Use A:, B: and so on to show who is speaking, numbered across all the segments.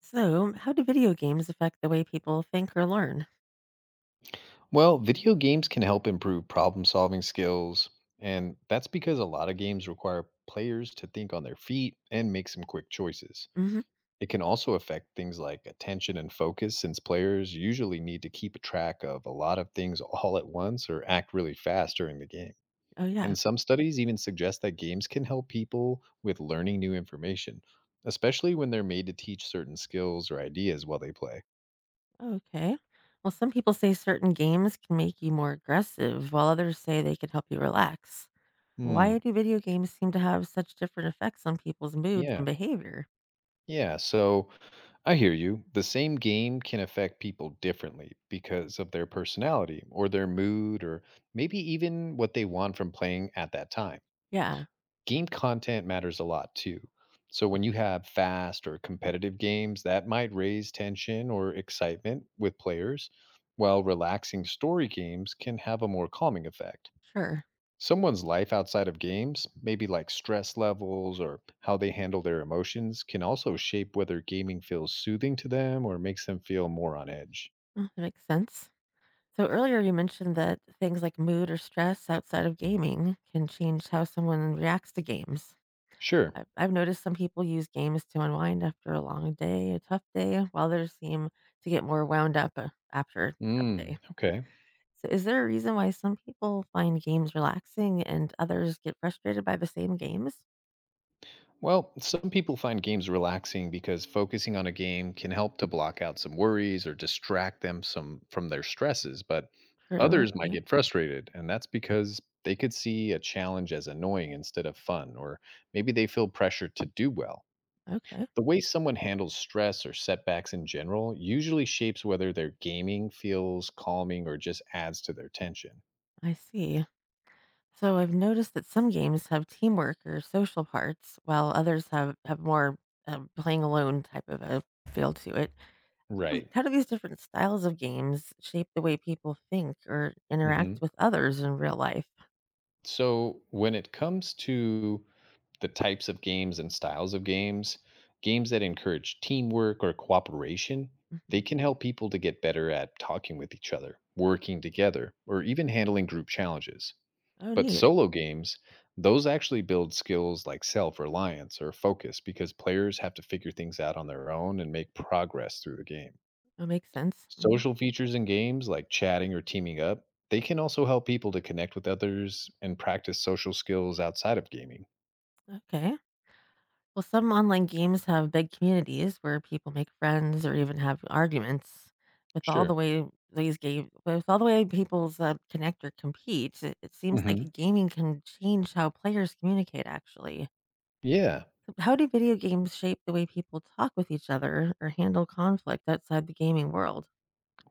A: So, how do video games affect the way people think or learn?
B: Well, video games can help improve problem solving skills, and that's because a lot of games require players to think on their feet and make some quick choices.
A: Hmm.
B: It can also affect things like attention and focus, since players usually need to keep a track of a lot of things all at once or act really fast during the game.
A: Oh, yeah.
B: And some studies even suggest that games can help people with learning new information, especially when they're made to teach certain skills or ideas while they play.
A: Oh, okay. Well, some people say certain games can make you more aggressive, while others say they can help you relax.
B: Hmm.
A: Why do video games seem to have such different effects on people's moods and
B: Yeah.
A: behavior?
B: Yeah, so I hear you. The same game can affect people differently because of their personality or their mood or maybe even what they want from playing at that time.
A: Yeah,
B: Game content matters a lot too. So when you have fast or competitive games, that might raise tension or excitement with players, while relaxing story games can have a more calming effect.
A: sure.
B: Someone's life outside of games, maybe like stress levels or how they handle their emotions, can also shape whether gaming feels soothing to them or makes them feel more on edge.
A: Mm, that makes sense. So, earlier you mentioned that things like mood or stress outside of gaming can change how someone reacts to games.
B: Sure.
A: I've noticed some people use games to unwind after a long day, a tough day, while others seem to get more wound up after a tough day.
B: Mm, okay.
A: So, is there a reason why some people find games relaxing and others get frustrated by the same games?
B: Well, some people find games relaxing because focusing on a game can help to block out some worries or distract them some from their stresses, but
A: True.
B: others might
A: Okay.
B: get frustrated, and that's because they could see a challenge as annoying instead of fun, or maybe they feel pressure to do well.
A: Okay.
B: The way someone handles stress or setbacks in general usually shapes whether their gaming feels calming or just adds to their tension.
A: I see. So, I've noticed that some games have teamwork or social parts, while others have more playing alone type of a feel to it. Wait,
B: Right.
A: how do these different styles of games shape the way people think or
B: Hmm.
A: interact with others in real life?
B: So, when it comes to the types of games and styles of games, games that encourage teamwork or cooperation, they
A: Mhm.
B: can help people to get better at talking with each other, working together, or even handling group challenges.
A: Oh,
B: But
A: neat.
B: solo games, those actually build skills like self reliance or focus because players have to figure things out on their own and make progress through the game.
A: That makes sense. Hmm.
B: Social features in games like chatting or teaming up, they can also help people to connect with others and practice social skills outside of gaming.
A: Okay. Well, some online games have big communities where people make friends or even have arguments. With all the
B: Sure.
A: way these game, with all the way people's connect or compete, it seems like
B: Mhm.
A: gaming can change how players communicate. Actually,
B: Yeah.
A: so how do video games shape the way people talk with each other or handle conflict outside the gaming world?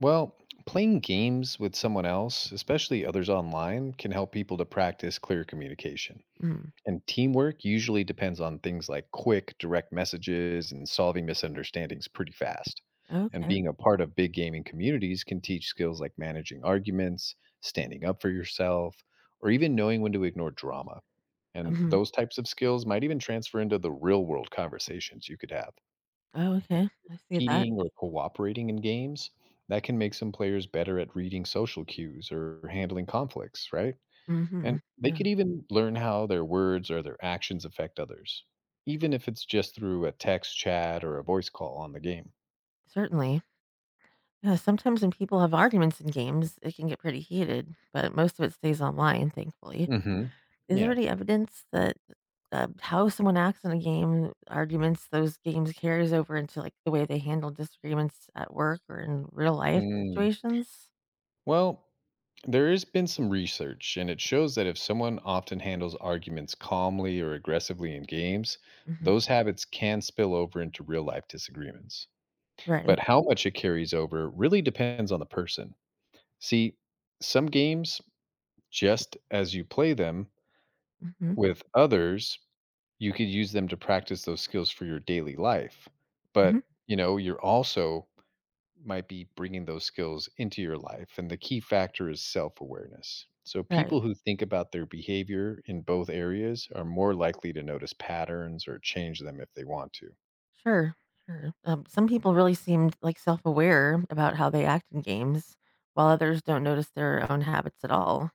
B: Well, playing games with someone else, especially others online, can help people to practice clear communication.
A: Mm,
B: And teamwork usually depends on things like quick, direct messages and solving misunderstandings pretty fast. And
A: okay.
B: being a part of big gaming communities can teach skills like managing arguments, standing up for yourself, or even knowing when to ignore drama. And
A: Mhm.
B: those types of skills might even transfer into the real world conversations you could have.
A: Oh, okay. I see that.
B: Competing or cooperating in games, that can make some players better at reading social cues or handling conflicts, right? And
A: Mhm.
B: they
A: Yeah,
B: could even learn how their words or their actions affect others, even if it's just through a text chat or a voice call on the game.
A: certainly. Yeah, sometimes when people have arguments in games, it can get pretty heated, but most of it stays online, thankfully.
B: Hmm.
A: Is there
B: Yeah.
A: any evidence that how someone acts in a game, arguments, those games carries over into like the way they handle disagreements at work or in real life
B: Mm.
A: situations?
B: Well, there has been some research, and it shows that if someone often handles arguments calmly or aggressively in games,
A: Hmm.
B: those habits can spill over into real life disagreements.
A: Right.
B: But how much it carries over really depends on the person. See, some games, just as you play them,
A: Hmm.
B: with others, you could use them to practice those skills for your daily life.
A: Hmm.
B: But, you know, you're also might be bringing those skills into your life. And the key factor is self awareness. So,
A: Right.
B: people who think about their behavior in both areas are more likely to notice patterns or change them if they want to.
A: Sure, sure. Some people really seemed like self-aware about how they act in games, while others don't notice their own habits at all.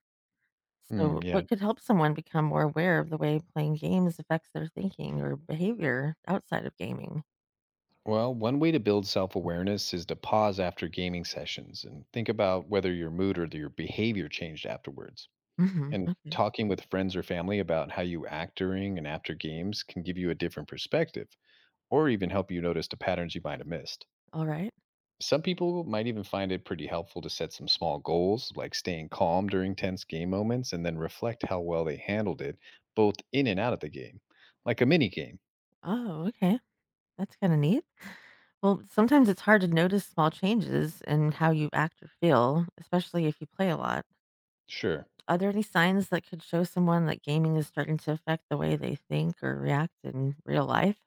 B: Mm,
A: So,
B: yeah.
A: what could help someone become more aware of the way playing games affects their thinking or behavior outside of gaming?
B: Well, one way to build self awareness is to pause after gaming sessions and think about whether your mood or your behavior changed afterwards.
A: Hmm.
B: And
A: Okay.
B: talking with friends or family about how you act during and after games can give you a different perspective or even help you notice the patterns you might have missed.
A: All right.
B: Some people might even find it pretty helpful to set some small goals, like staying calm during tense game moments and then reflect how well they handled it, both in and out of the game, like a mini game.
A: Oh, okay. That's kind of neat. Well, sometimes it's hard to notice small changes in how you act or feel, especially if you play a lot.
B: Sure.
A: Are there any signs that could show someone that gaming is starting to affect the way they think or react in real life?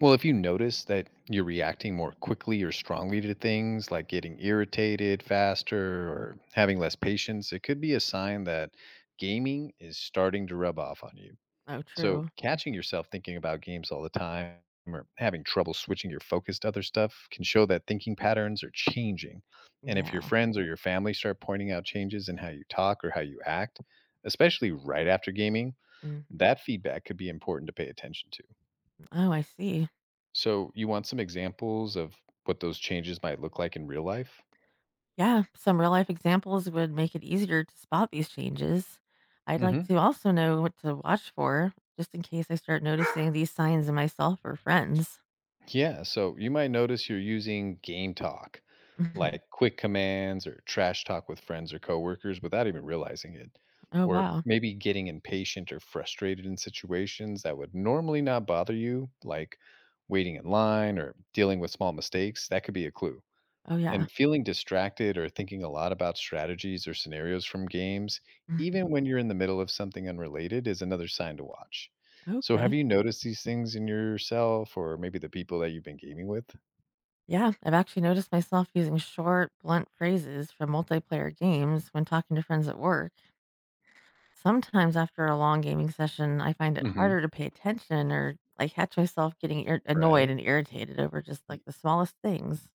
B: Well, if you notice that you're reacting more quickly or strongly to things, like getting irritated faster or having less patience, it could be a sign that gaming is starting to rub off on you.
A: Oh,
B: So,
A: true.
B: catching yourself thinking about games all the time or having trouble switching your focus to other stuff can show that thinking patterns are changing. And if your
A: Yeah.
B: friends or your family start pointing out changes in how you talk or how you act, especially right after gaming,
A: Mhm.
B: that feedback could be important to pay attention to.
A: Oh, I see.
B: So, you want some examples of what those changes might look like in real life?
A: Yeah, some real life examples would make it easier to spot these changes. I'd like
B: Hmm.
A: to also know what to watch for just in case I start noticing these signs in myself or friends.
B: Yeah, so you might notice you're using game talk,
A: Mhm.
B: like quick commands or trash talk with friends or coworkers without even realizing it.
A: Oh,
B: Or
A: wow.
B: maybe getting impatient or frustrated in situations that would normally not bother you, like waiting in line or dealing with small mistakes. That could be a clue.
A: Oh, yeah.
B: And feeling distracted or thinking a lot about strategies or scenarios from games, even
A: Mhm.
B: when you're in the middle of something unrelated, is another sign to watch. So, have
A: Okay.
B: you noticed these things in yourself or maybe the people that you've been gaming with?
A: Yeah, I've actually noticed myself using short, blunt phrases from multiplayer games when talking to friends at work. Sometimes after a long gaming session, I find it
B: Hmm.
A: harder to pay attention or I catch myself getting annoyed
B: Right.
A: and irritated over just like
B: Y-
A: the smallest things.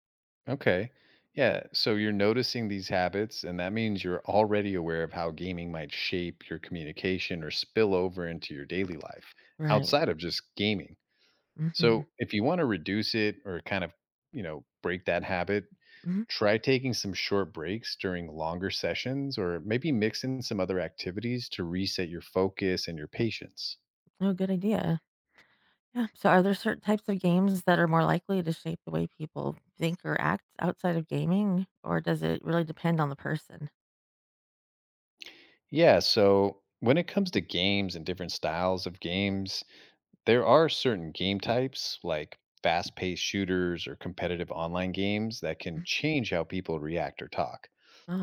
B: Okay. Yeah. So, you're noticing these habits, and that means you're already aware of how gaming might shape your communication or spill over into your daily life
A: Right.
B: outside of just gaming.
A: Mm-hmm.
B: So if you want to reduce it or break that habit,
A: Hmm.
B: try taking some short breaks during longer sessions or maybe mix in some other activities to reset your focus and your patience.
A: Oh, good idea. Yeah. So, are there certain types of games that are more likely to shape the way people think or act outside of gaming, or does it really depend on the person?
B: Yeah, so when it comes to games and different styles of games, there are certain game types like fast paced shooters or competitive online games that can
A: Mm.
B: change how people react or talk.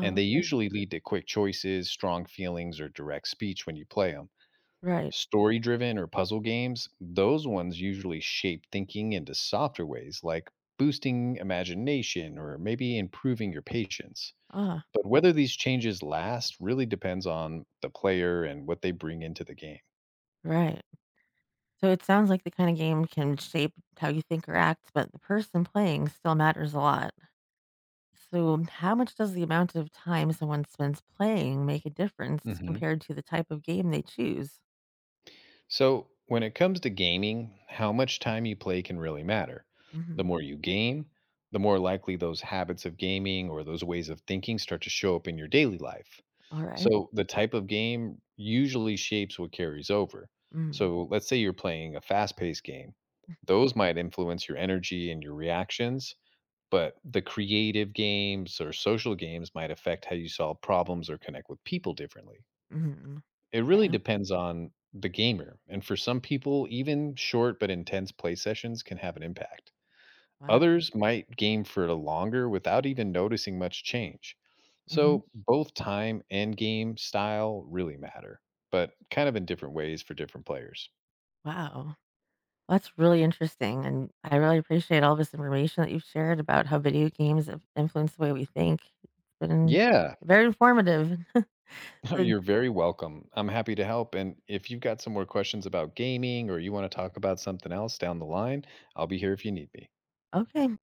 B: And they
A: okay.
B: usually lead to quick choices, strong feelings, or direct speech when you play them.
A: Right.
B: Story driven or puzzle games, those ones usually shape thinking into softer ways like boosting imagination or maybe improving your patience.
A: Ah,
B: But whether these changes last really depends on the player and what they bring into the game.
A: right. So it sounds like the kind of game can shape how you think or act, but the person playing still matters a lot. So, how much does the amount of time someone spends playing make a difference compared to the type of game they choose?
B: So, when it comes to gaming, how much time you play can really matter. The
A: Mhm.
B: more you game, the more likely those habits of gaming or those ways of thinking start to show up in your daily life.
A: All right.
B: So, the type of game usually shapes what carries over.
A: Mm.
B: So, let's say you're playing a fast paced game, those might influence your energy and your reactions, but the creative games or social games might affect how you solve problems or connect with people differently.
A: Mhm.
B: It really
A: Okay.
B: depends on the gamer, and for some people, even short but intense play sessions can have an impact.
A: Wow.
B: Others might game for a longer without even noticing much change.
A: Mhm.
B: So, both time and game style really matter, but kind of in different ways for different players.
A: Wow. That's really interesting. And I really appreciate all this information that you've shared about how video games have influenced the way we think. It's been
B: Yeah,
A: very informative. Good.
B: you're very welcome. I'm happy to help. And if you've got some more questions about gaming or you want to talk about something else down the line, I'll be here if you need me.
A: Okay.